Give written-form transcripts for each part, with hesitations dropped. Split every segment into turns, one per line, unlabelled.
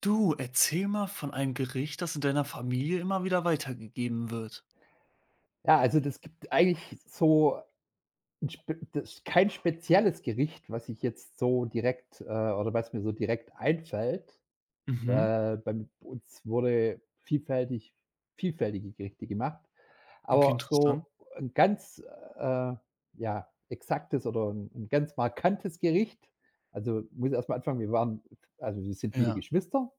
Du, erzähl mal von einem Gericht, das in deiner Familie immer wieder weitergegeben wird.
Ja, also das gibt eigentlich so 'n spe das kein spezielles Gericht, was ich jetzt so direkt, oder was mir so direkt einfällt.
Mhm.
Bei uns wurde vielfältige Gerichte gemacht,
Okay,
aber so
interessant.
'n ganz, äh, ja, exaktes oder 'n ganz markantes Gericht. Also, muss ich erst mal anfangen, wir waren also, wir sind viele
Ja.
Geschwister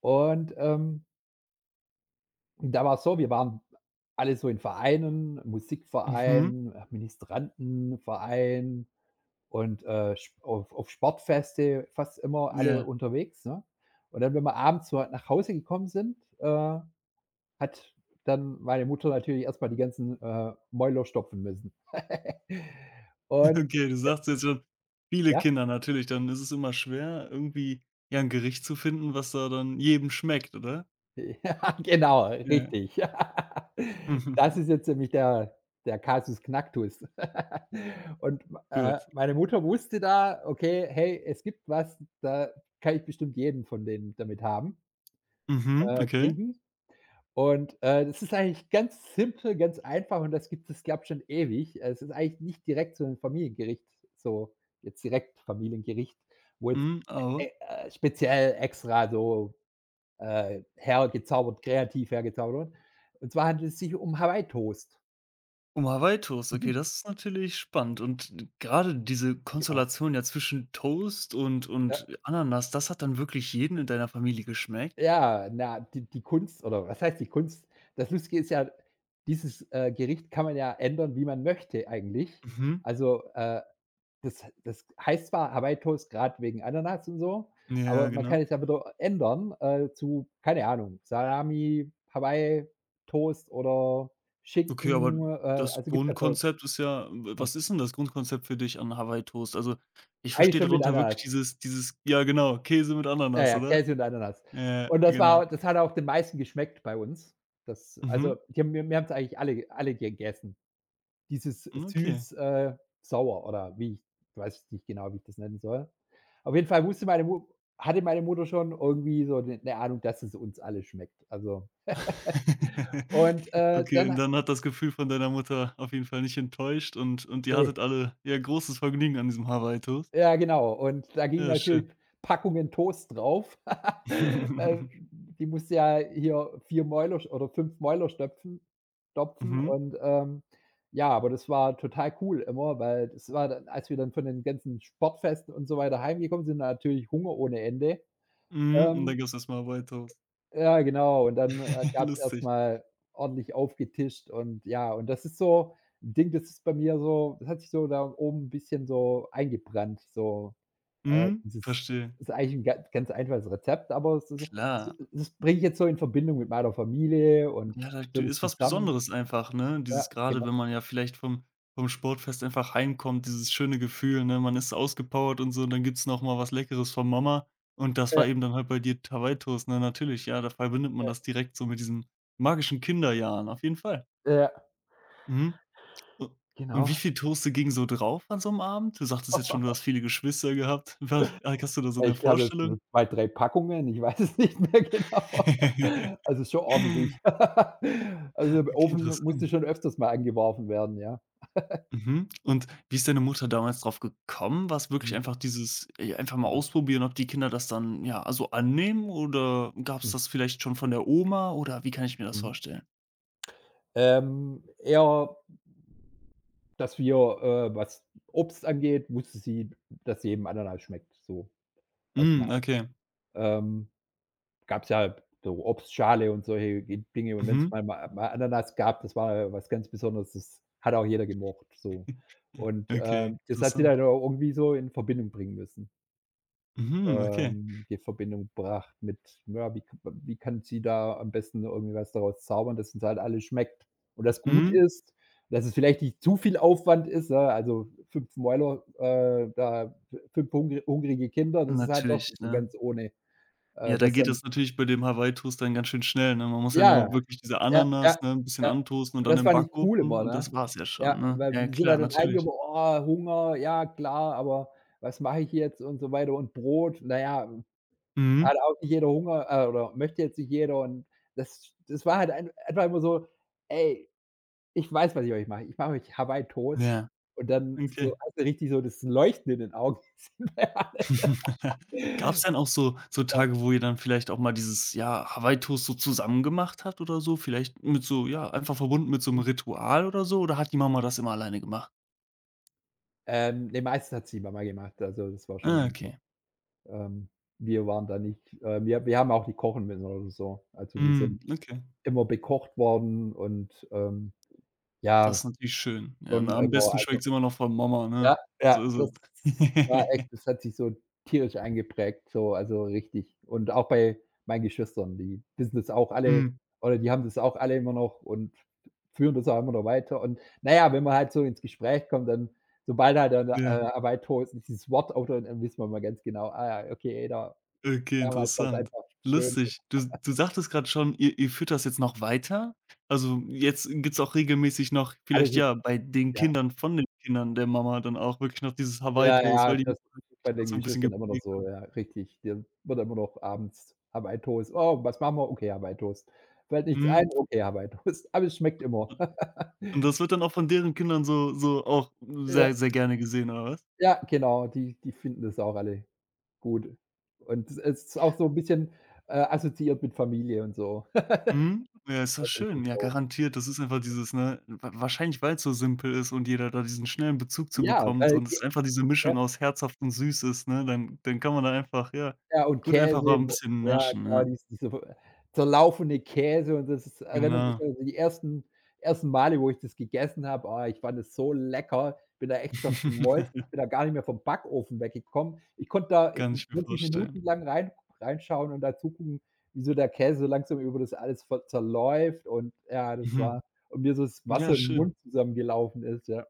und, da war's so, wir waren alle so in Vereinen,
Mhm.
Musikverein, Ministrantenverein und, sp auf Sportfeste fast immer alle
Ja.
unterwegs, ne? Und dann, wenn wir abends so nach Hause gekommen sind, hat dann meine Mutter natürlich erst mal die ganzen, Mäuler stopfen müssen. Und
Okay, du sagst jetzt schon, viele
ja?
Kinder natürlich, dann ist es immer schwer, irgendwie, ja, ein Gericht zu finden, was da dann jedem schmeckt, oder?
Ja, genau,
Ja.
richtig. Das ist jetzt nämlich der Kasus Knacktus. Und,
Gut.
meine Mutter wusste da: „Okay, hey, es gibt was, da kann ich bestimmt jeden von denen damit haben
Mhm, okay.
kriegen.“ Und, das ist eigentlich ganz simpel, ganz einfach und das gibt es, glaube ich, schon ewig. Es ist eigentlich nicht direkt so ein Familiengericht, so jetzt direkt Familiengericht, wo jetzt,
Mhm, aber
e speziell extra so hergezaubert, kreativ hergezaubert. Und zwar handelt es sich um Hawaii Toast.
Hummer-Wei-Toast,
Mhm.
okay, das ist natürlich spannend und gerade diese
Genau.
Konstellation ja zwischen Toast und
Ja,
und Ananas, das hat dann wirklich jeden in deiner Familie geschmeckt?
ja, na, die Kunst oder was heißt die Kunst? Das Lustige ist ja, dieses, Gericht kann man ja ändern, wie man möchte eigentlich.
Mhm.
Also, das heißt zwar Hawaii Toast gerade wegen Ananas und so,
Ja,
aber man kann
genau.
es ja wieder ändern, zu, keine Ahnung, Salami, Hawaii Toast oder
Okay, aber
Schinken,
das
also gibt's ja so
Grundkonzept ist ja w was ist denn das Grundkonzept für dich an Hawaii Toast? Also, ich
eigentlich
verstehe
schon mit
darunter wirklich
Ananas.
dieses ja genau, Käse mit
Ja,
Ananas,
ja,
oder?
Käse und Ananas.
Ja, genau.
Das hat auch den meisten geschmeckt bei uns. Das,
Mhm.
also, die haben wir wir haben's eigentlich alle gegessen. Dieses
Hm, okay.
süß, sauer oder wie ich weiß nicht genau, wie ich das nennen soll. Auf jeden Fall wusste meine Mu hatte meine Mutter schon irgendwie so 'ne Ahnung, dass es uns alle schmeckt. Also und,
Okay,
dann
und
ha
dann hat das Gefühl von deiner Mutter auf jeden Fall nicht enttäuscht und ihr
ne.
hattet alle, ja, großes Vergnügen an diesem Hawaii Toast.
Ja, genau. Und da ging
Ja,
natürlich
schön.
Packungen Toast drauf. Äh, die musste ja hier 4 Mäuler sch oder 5 Mäuler stopfen
Mhm.
und, ja, aber das war total cool immer, weil das war dann, als wir dann von den ganzen Sportfesten und so weiter heimgekommen sind, natürlich Hunger ohne Ende.
Mhm, und dann
Ähm,
gab's erstmal Hawaii Toast.
ja, genau. Und dann, gab's erst
Lustig.
mal ordentlich aufgetischt und ja, und das ist so ein Ding, das ist bei mir so das hat sich so da oben ein bisschen so eingebrannt, so,
Mhm,
dieses
verstehe.
ist eigentlich 'n ga ganz einfaches Rezept, aber es ist
Klar.
s das bringe ich jetzt so in Verbindung mit meiner Familie und
Ja, da
so
du
das
ist was
zusammen,
Besonderes einfach, ne?
ja,
Dieses
genau.
gerade, wenn man ja vielleicht vom Sportfest einfach heimkommt, dieses schöne Gefühl, ne? Man ist ausgepowert und so und dann gibt's noch mal was Leckeres von Mama. Und das
Ja,
war eben dann halt bei dir Hawaii-Toast, ne? Natürlich, ja, da verbindet man das direkt so mit diesen magischen Kinderjahren, auf jeden Fall.
ja, ja,
Mhm. U und
genau.
wie viel Toaste ging so drauf an so 'nem Abend? Du sagtest jetzt schon, du hast viele Geschwister gehabt. Wa hast du da so eine
Ich glaube, das
Vorstellung?
sind 2, 3 Packungen, ich weiß es nicht mehr genau. Also, ist schon ordentlich. Also, im
Okay,
Ofen musste
interessant.
schon öfters mal angeworfen werden, ja.
Mhm. Und wie ist deine Mutter damals drauf gekommen? War's wirklich
Mhm,
einfach dieses, einfach mal
ja.
ausprobieren, ob die Kinder das dann, ja, also annehmen oder gab es
Mhm,
das vielleicht schon von der Oma oder wie kann ich mir das
mhm.
vorstellen?
Eher, dass wir, was Obst angeht, wusste sie, dass jedem Ananas schmeckt, so erst mal.
Hm, okay.
Ähm Gab's ja so Obstschale und solche Dinge, und wenn's
Mhm.
mal Ananas gab, das war ja was ganz Besonderes, das hat auch jeder gemocht, so. Und,
Okay,
das hat sie
interessant.
dann auch irgendwie so in Verbindung bringen müssen.
Mhm, okay.
Die Verbindung gebracht mit, ja, wie kann sie da am besten irgendwie was daraus zaubern, dass uns halt alles schmeckt und das gut
Mhm.
ist, dass es vielleicht nicht zu viel Aufwand ist, ne? Also 5 Mäuler, da 5 hungrige Kinder, das ist halt doch
Natürlich,
nicht so
ne?
ganz ohne,
Ja, da
das
geht
dann
das natürlich bei dem Hawaii-Toast dann ganz schön schnell, ne? Man muss ja
ja.
nur wirklich diese
Ja,
Ananas,
ja,
ne, 'n bisschen
ja.
antoasten und
Und
dann
das
im
fand ich cool
Backofen
immer,
und
ne?
das war's ja schon,
Ja,
ne?
weil
Ja,
wir sind ja
klar,
dann
natürlich.
heimgekommen: „Oh, Hunger, ja klar, aber was mache ich jetzt?“ und so weiter, und Brot, na ja,
Mhm.
hat auch nicht jeder Hunger, oder möchte jetzt nicht jeder, und das war halt ein einfach immer so: „Ey, ich weiß, was ich euch mache. Ich mache euch Hawaii Toast“,
Ja,
und dann
okay.
so hast du richtig so das Leuchten in den Augen. Ja,
Gab's denn auch so
ja,
Tage, wo ihr dann vielleicht auch mal dieses, ja, Hawaii-Toast so zusammen gemacht habt oder so? Vielleicht mit so ja, einfach verbunden mit so einem Ritual oder so? Oder hat die Mama das immer alleine gemacht?
ne, meistens hat es die Mama gemacht, also das war schon
Ah,
am
okay.
Ähm, Wir waren da nicht, wir haben auch nicht kochen müssen oder so. Also, wir
Mhm,
sind
okay.
immer bekocht worden und,
Das ist
ja,
natürlich schön. Ja, na,
schon
am
immer,
besten
also
schmeckt's immer noch von Mama,
ja,
ne? So
ja,
ist
das
es.
war echt, das hat sich so tierisch eingeprägt, so, also richtig. Und auch bei meinen Geschwistern, die wissen das auch alle
Mhm,
oder die haben das auch alle immer noch und führen das auch immer noch weiter. Und naja, wenn man halt so ins Gespräch kommt, dann sobald halt dann,
ja.
Arbeit dieses Wort auftaucht, dann wissen wir mal ganz genau: „Ah ja, okay, da
Okay,
damals war's
interessant.
einfach schön.“
Lustig. Du sagtest gerade schon, ihr führt das jetzt noch weiter? Also, jetzt gibt's auch regelmäßig noch
Alle
vielleicht,
sind
ja, bei den
ja,
Kindern von den Kindern der Mama dann auch wirklich noch dieses
ja,
Hawaii-Toast,
ja,
weil die Mama
das ist
wirklich
bei den
das so ein bisschen
Geschwistern immer noch
geprägt hat.
so, ja, richtig. Dir wird immer noch abends Hawaii Toast: „Oh, was machen wir? Okay, Hawaii Toast. Fällt nichts ein?
Mhm.
Okay, Hawaii Toast.“ Aber es schmeckt immer.
Und das wird dann auch von deren Kindern so auch
Ja,
sehr, sehr gerne gesehen, oder was?
ja, genau, die finden das auch alle gut. Und es ist auch so 'n bisschen, assoziiert mit Familie und so.
Mhm. Ja, ist das
Das
schön.
ist
Ja,
so.
garantiert. Das ist einfach dieses, ne wa wahrscheinlich, weil es so simpel ist und jeder da diesen schnellen Bezug zu
Ja,
bekommt
weil
und
je
es einfach diese Mischung aus herzhaft und süß ist, ne, dann kann man da einfach, ja,
Ja, und
gut einfach mal
Käse,
ein
wo
bisschen
ja,
naschen,
genau,
ja.
diese zerlaufene Käse und das ist erinnert mich
Genau.
an die ersten Male, wo ich das gegessen habe. Ah, ich fand es so lecker, bin da echt zerschmolzen. Ich bin da gar nicht mehr vom Backofen weggekommen. Ich konnte da,
Kann ich mir
40 Minuten
vorstellen.
lang reinschauen und da zugucken, wie so der Käse so langsam über das alles ver zerläuft, und ja, das
Mhm.
war und mir so das
Ja,
Wasser im
schön.
Mund zusammengelaufen ist, ja.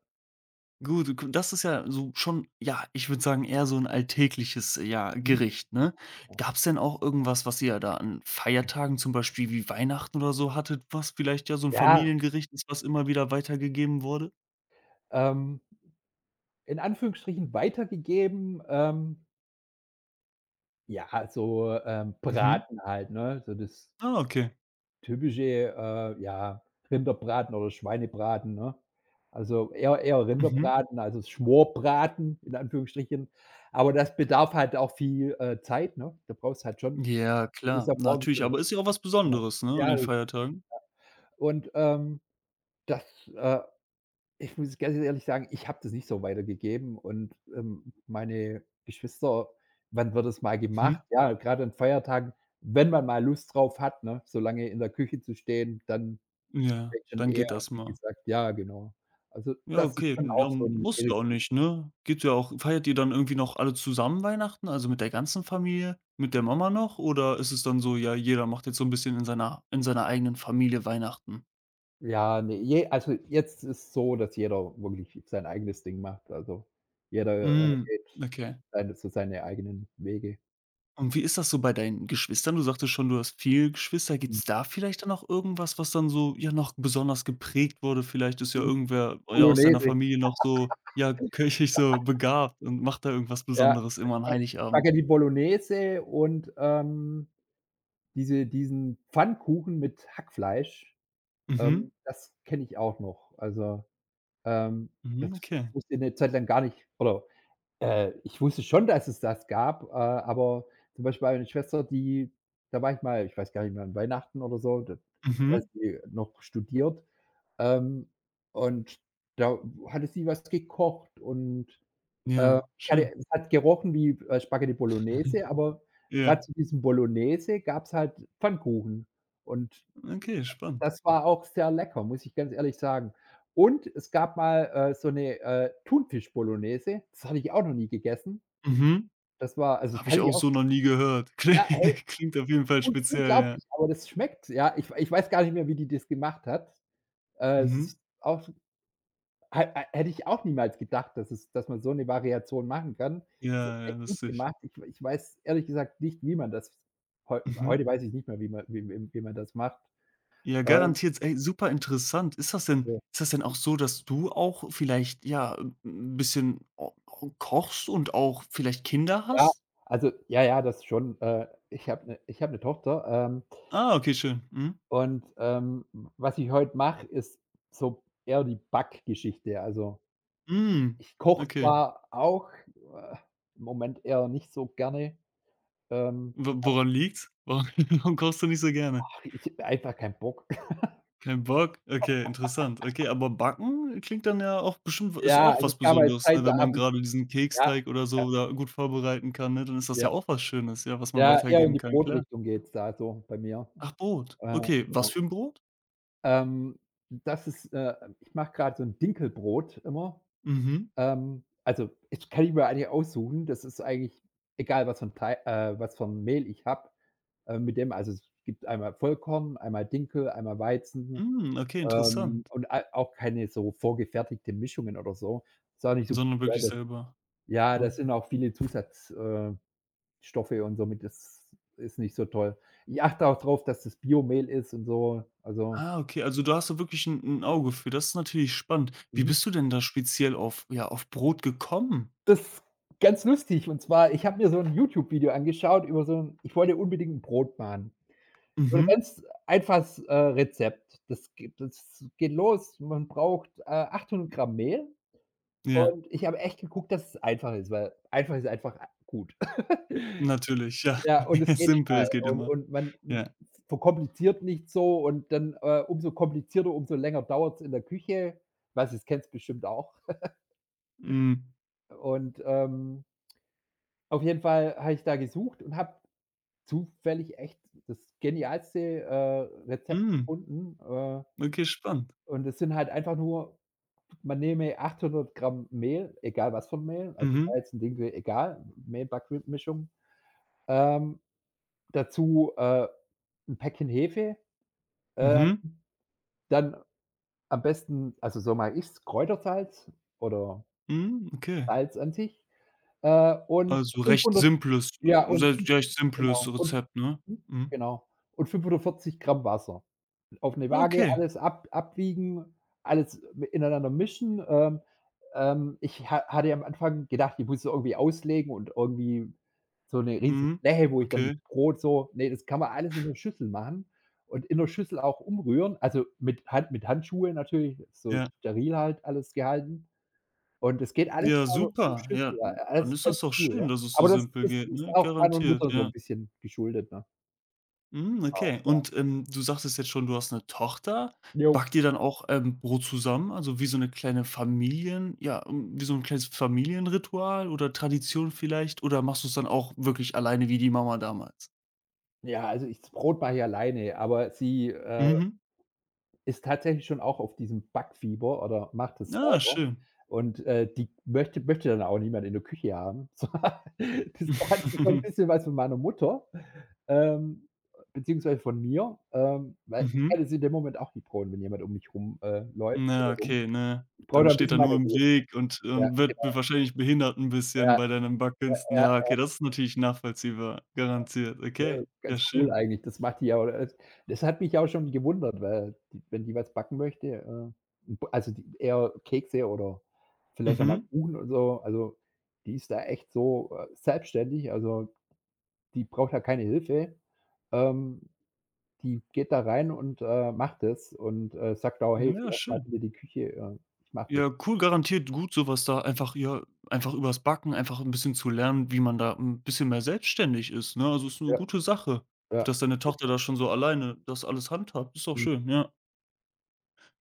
Gut, gu das ist ja so schon, ja, ich würde sagen, eher so ein alltägliches, ja,
Mhm.
Gericht, ne? Gab es denn auch irgendwas, was ihr da an Feiertagen, zum Beispiel wie Weihnachten oder so hattet, was vielleicht ja so ein
Ja,
Familiengericht ist, was immer wieder weitergegeben wurde?
ähm, in Anführungsstrichen weitergegeben, ja, so,
Mhm.
Braten halt, ne? So das
Ah, okay.
typische, ja, Rinderbraten oder Schweinebraten, ne? Also eher
Mhm.
Rinderbraten, also Schmorbraten in Anführungsstrichen. Aber das bedarf halt auch viel, Zeit, ne? Da brauchst halt schon,
Ja,
du bist
klar,
ja morgens
natürlich,
schon
aber ist ja auch was
genau.
Besonderes, ne, an
Ja,
den
richtig.
Feiertagen.
Und, das, äh ich muss ganz ehrlich sagen, ich habe das nicht so weitergegeben und, meine Geschwister wann wird es mal gemacht?
Mhm.
Ja, gerade an Feiertagen, wenn man mal Lust drauf hat, ne, so lange in der Küche zu stehen, dann
Ja,
vielleicht schon
dann
eher,
geht das
wie
mal.
gesagt, ja, genau. Also,
Ja,
das ist
okay,
schon
ja,
auch so ein.
muss ja auch nicht, ne? Geht ja auch feiert ihr dann irgendwie noch alle zusammen Weihnachten, also mit der ganzen Familie, mit der Mama noch? Oder ist es dann so, ja, jeder macht jetzt so ein bisschen in seiner eigenen Familie Weihnachten?
Ja, ne, je also, jetzt ist so, dass jeder wirklich sein eigenes Ding macht. Also, jeder,
Hm,
geht
okay.
seine eigenen Wege.
Und wie ist das so bei deinen Geschwistern? Du sagtest schon, du hast viele Geschwister.
Mhm.
Gibt's da vielleicht dann noch irgendwas, was dann so, ja, noch besonders geprägt wurde? Vielleicht ist ja
Hm,
irgendwer, ja, aus deiner
Bolognese.
Familie noch so, ja, kirchlich so begabt und macht da irgendwas
Ja,
Besonderes immer
ich
an Heiligabend.
backe die Bolognese und, diesen Pfannkuchen mit Hackfleisch,
Mhm,
das kenne ich auch noch. Also, ähm, das
mhm, okay.
ich wusste 'ne Zeit lang gar nicht oder, ich wusste schon, dass es das gab, aber zum Beispiel meine Schwester, die da war ich mal, ich weiß gar nicht mehr, an Weihnachten oder so, da hat
Mhm.
sie noch studiert, ähm, und da hatte sie was gekocht und
Ja,
ich
schön.
hatte es hat gerochen wie, Spaghetti Bolognese, aber
Ja,
grad zu diesem Bolognese gab's halt Pfannkuchen und
okay, spannend.
das war auch sehr lecker, muss ich ganz ehrlich sagen. Und es gab mal, so 'ne, Thunfisch-Bolognese, das hatte ich auch noch nie gegessen.
Mhm.
Das war, also,
Habe
kann
ich auch
ich auch,
so noch nie gehört.
ja, hey,
Klingt auf jeden Fall
un
speziell, ja.
unglaublich, aber das schmeckt, ja. Ich weiß gar nicht mehr, wie die das gemacht hat. Es
Mhm.
ist auch, Hä hä hätte ich auch niemals gedacht, dass man so 'ne Variation machen kann. Sie hat's
Ja, ja,
echt gut
lustig.
gemacht. Ich weiß ehrlich gesagt nicht, wie man das,
Mhm.
heute weiß ich nicht mehr, wie man das macht.
Ja,
Ähm,
garantiert, ey, super interessant. Ist das denn
so,
ist das denn auch so, dass du auch vielleicht, ja, 'n bisschen o o kochst und auch vielleicht Kinder
ja,
hast?
also, ja, ja, das schon. Ich habe 'ne Tochter, ähm,
Ah, okay, schön. Mhm.
und, w was ich heute mache, ist so eher die Backgeschichte. Also,
Hm,
ich koche
okay.
zwar auch, im Moment eher nicht so gerne, ähm,
Wo woran liegt's? Warum warum kochst du nicht so gerne?
ich habe einfach keinen Bock.
Kein Bock? Okay, interessant. Okay, aber backen klingt dann ja auch bestimmt ist
Ja,
auch
also,
was
es gab mal 'ne
Besonderes,
Zeit,
ne?
da
Wenn man
habe ich
gerade diesen
ja,
Keksteig oder
ja,
so da gut vorbereiten kann, ne, dann ist das
ja,
ja auch was Schönes, ja, was man
ja, eher in
weitergeben
die
kann, klar.
Brotrichtung geht's da so bei mir.
Ach, Brot.
Ja,
Okay, was für
genau.
ein Brot?
Ähm, das ist ich mache grad so 'n Dinkelbrot immer.
Mhm.
Also, ich mir eigentlich aussuchen. Das ist eigentlich egal, was für 'n Mehl ich habe, mit dem also, es gibt einmal Vollkorn, einmal Dinkel, einmal Weizen,
Hm, okay, interessant.
und a auch keine so vorgefertigte Mischungen oder so. Ist auch nicht so
Sondern wirklich selber.
ja,
Ah.
das sind auch viele Zusatz Stoffe und somit ist nicht so toll. Ich achte auch drauf, dass das Biomehl ist und so. Also,
Ah, okay, also da hast du wirklich ein 'n Auge für. Das ist natürlich spannend. Wie
mhm.
bist du denn da speziell auf ja, auf Brot gekommen?
Das ist ganz lustig, und zwar, ich habe mir so 'n YouTube-Video angeschaut über so 'n, ich wollte unbedingt 'n Brot machen. So 'n
Mhm.
ganz einfaches, Rezept. Das geht los, man braucht, 800 Gramm Mehl,
Ja,
und ich habe echt geguckt, dass es einfach ist, weil einfach ist einfach a gut.
natürlich, ja.
Ja, und es geht
Simpel,
schnell
es geht
und
immer.
man
Ja.
verkompliziert nicht so und dann, umso komplizierter, umso länger dauert's in der Küche. Weiß nicht, kennst bestimmt auch.
Mhm.
Und, auf jeden Fall habe ich da gesucht und habe zufällig echt das genialste, Rezept
Mhm.
gefunden,
Okay, spannend.
und es sind halt einfach nur, man nehme 800 Gramm Mehl, egal was für 'n Mehl, also
Mhm,
Weizen, Dinkel, egal, Mehl-Backmischung, ähm, dazu, 'n Päckchen Hefe, ähm,
mhm,
dann am besten, also so mag ich's, Kräutersalz oder
mhm, okay.
Salz an sich, und
Also recht
500,
simples
ja, und fün
Recht simples
genau, und
Rezept, ne?
mhm,
Mhm.
genau, und 540 Gramm Wasser. Auf 'ne Waage
Okay.
alles ab abwiegen, alles ineinander mischen. Ich ha hatte am Anfang gedacht, ich muss es irgendwie auslegen und irgendwie so 'ne riesen
Mhm.
Fläche, wo ich dann
Okay.
Brot, das kann man alles in der Schüssel machen und in der Schüssel auch umrühren, also mit Handschuhe natürlich, so
Ja.
steril halt alles gehalten. Und es geht alles
Ja,
von
super.
Schüssel,
Ja,
a alles
dann ist das
ganz
doch
cool, ja.
schön, dass es so
Aber das
simpel
ist,
geht,
ist
ne?
auch meiner
Garantiert,
Mutter so 'n
ja.
bisschen geschuldet, ne?
Mhm,
Genau.
okay. Und, du sagtest jetzt schon, du hast eine Tochter.
Jo.
Backt ihr dann auch, Brot zusammen? Also wie so eine kleine Familien ja, wie so ein kleines Familienritual oder Tradition vielleicht? Oder machst du es dann auch wirklich alleine wie die Mama damals?
Ja, also ich das Brot mache ich alleine, aber sie,
Mhm.
ist tatsächlich schon auch auf diesem Backfieber oder macht es
Ah,
selber
schön.
und, die möchte dann auch niemand in der Küche haben. So, das hat sie so 'n bisschen was von meiner Mutter, ähm, beziehungsweise von mir, weil ich
Mhm.
kann es in dem Moment auch nicht brauchen, wenn jemand um mich rum, läuft oder
Na,
rum.
okay, ne?
Ich brauche
Dann
da 'n
steht
bisschen
er
meine
nur im
Ruhe.
Weg und
Ja,
und wird
genau.
wahrscheinlich behindert ein bisschen
Ja,
bei deinen Backkünsten.
ja.
Ja, okay, das ist natürlich nachvollziehbar, garantiert.
Ja,
Okay, ja
ganz cool
schön.
eigentlich. Das macht die ja oder es das hat mich auch schon gewundert, weil die wenn die was backen möchte, b also die eher Kekse oder vielleicht auch mal
Mhm.
Kuchen und so. Also, die ist da echt so, selbstständig, also die braucht da keine Hilfe. Ähm, die geht da rein und, macht es und, sagt auch: „Hey,
Ja,
verlass mal
schön.
bitte die Küche, ich mache das.“
Ja, cool, garantiert gut, so was da einfach ja, einfach übers Backen einfach ein bisschen zu lernen, wie man da ein bisschen mehr selbstständig ist, ne? Also, ist eine
Ja,
gute Sache,
ja.
dass deine Tochter da schon so alleine das alles handhabt. Ist doch
Mhm,
schön, ja.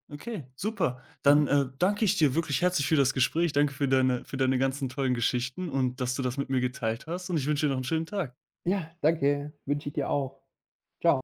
Okay, super.
mhm.
Dann, danke ich dir wirklich herzlich für das Gespräch. Danke für deine ganzen tollen Geschichten und dass du das mit mir geteilt hast und ich wünsche dir noch einen schönen Tag.
Ja, danke, wünsche ich dir auch. Tschau.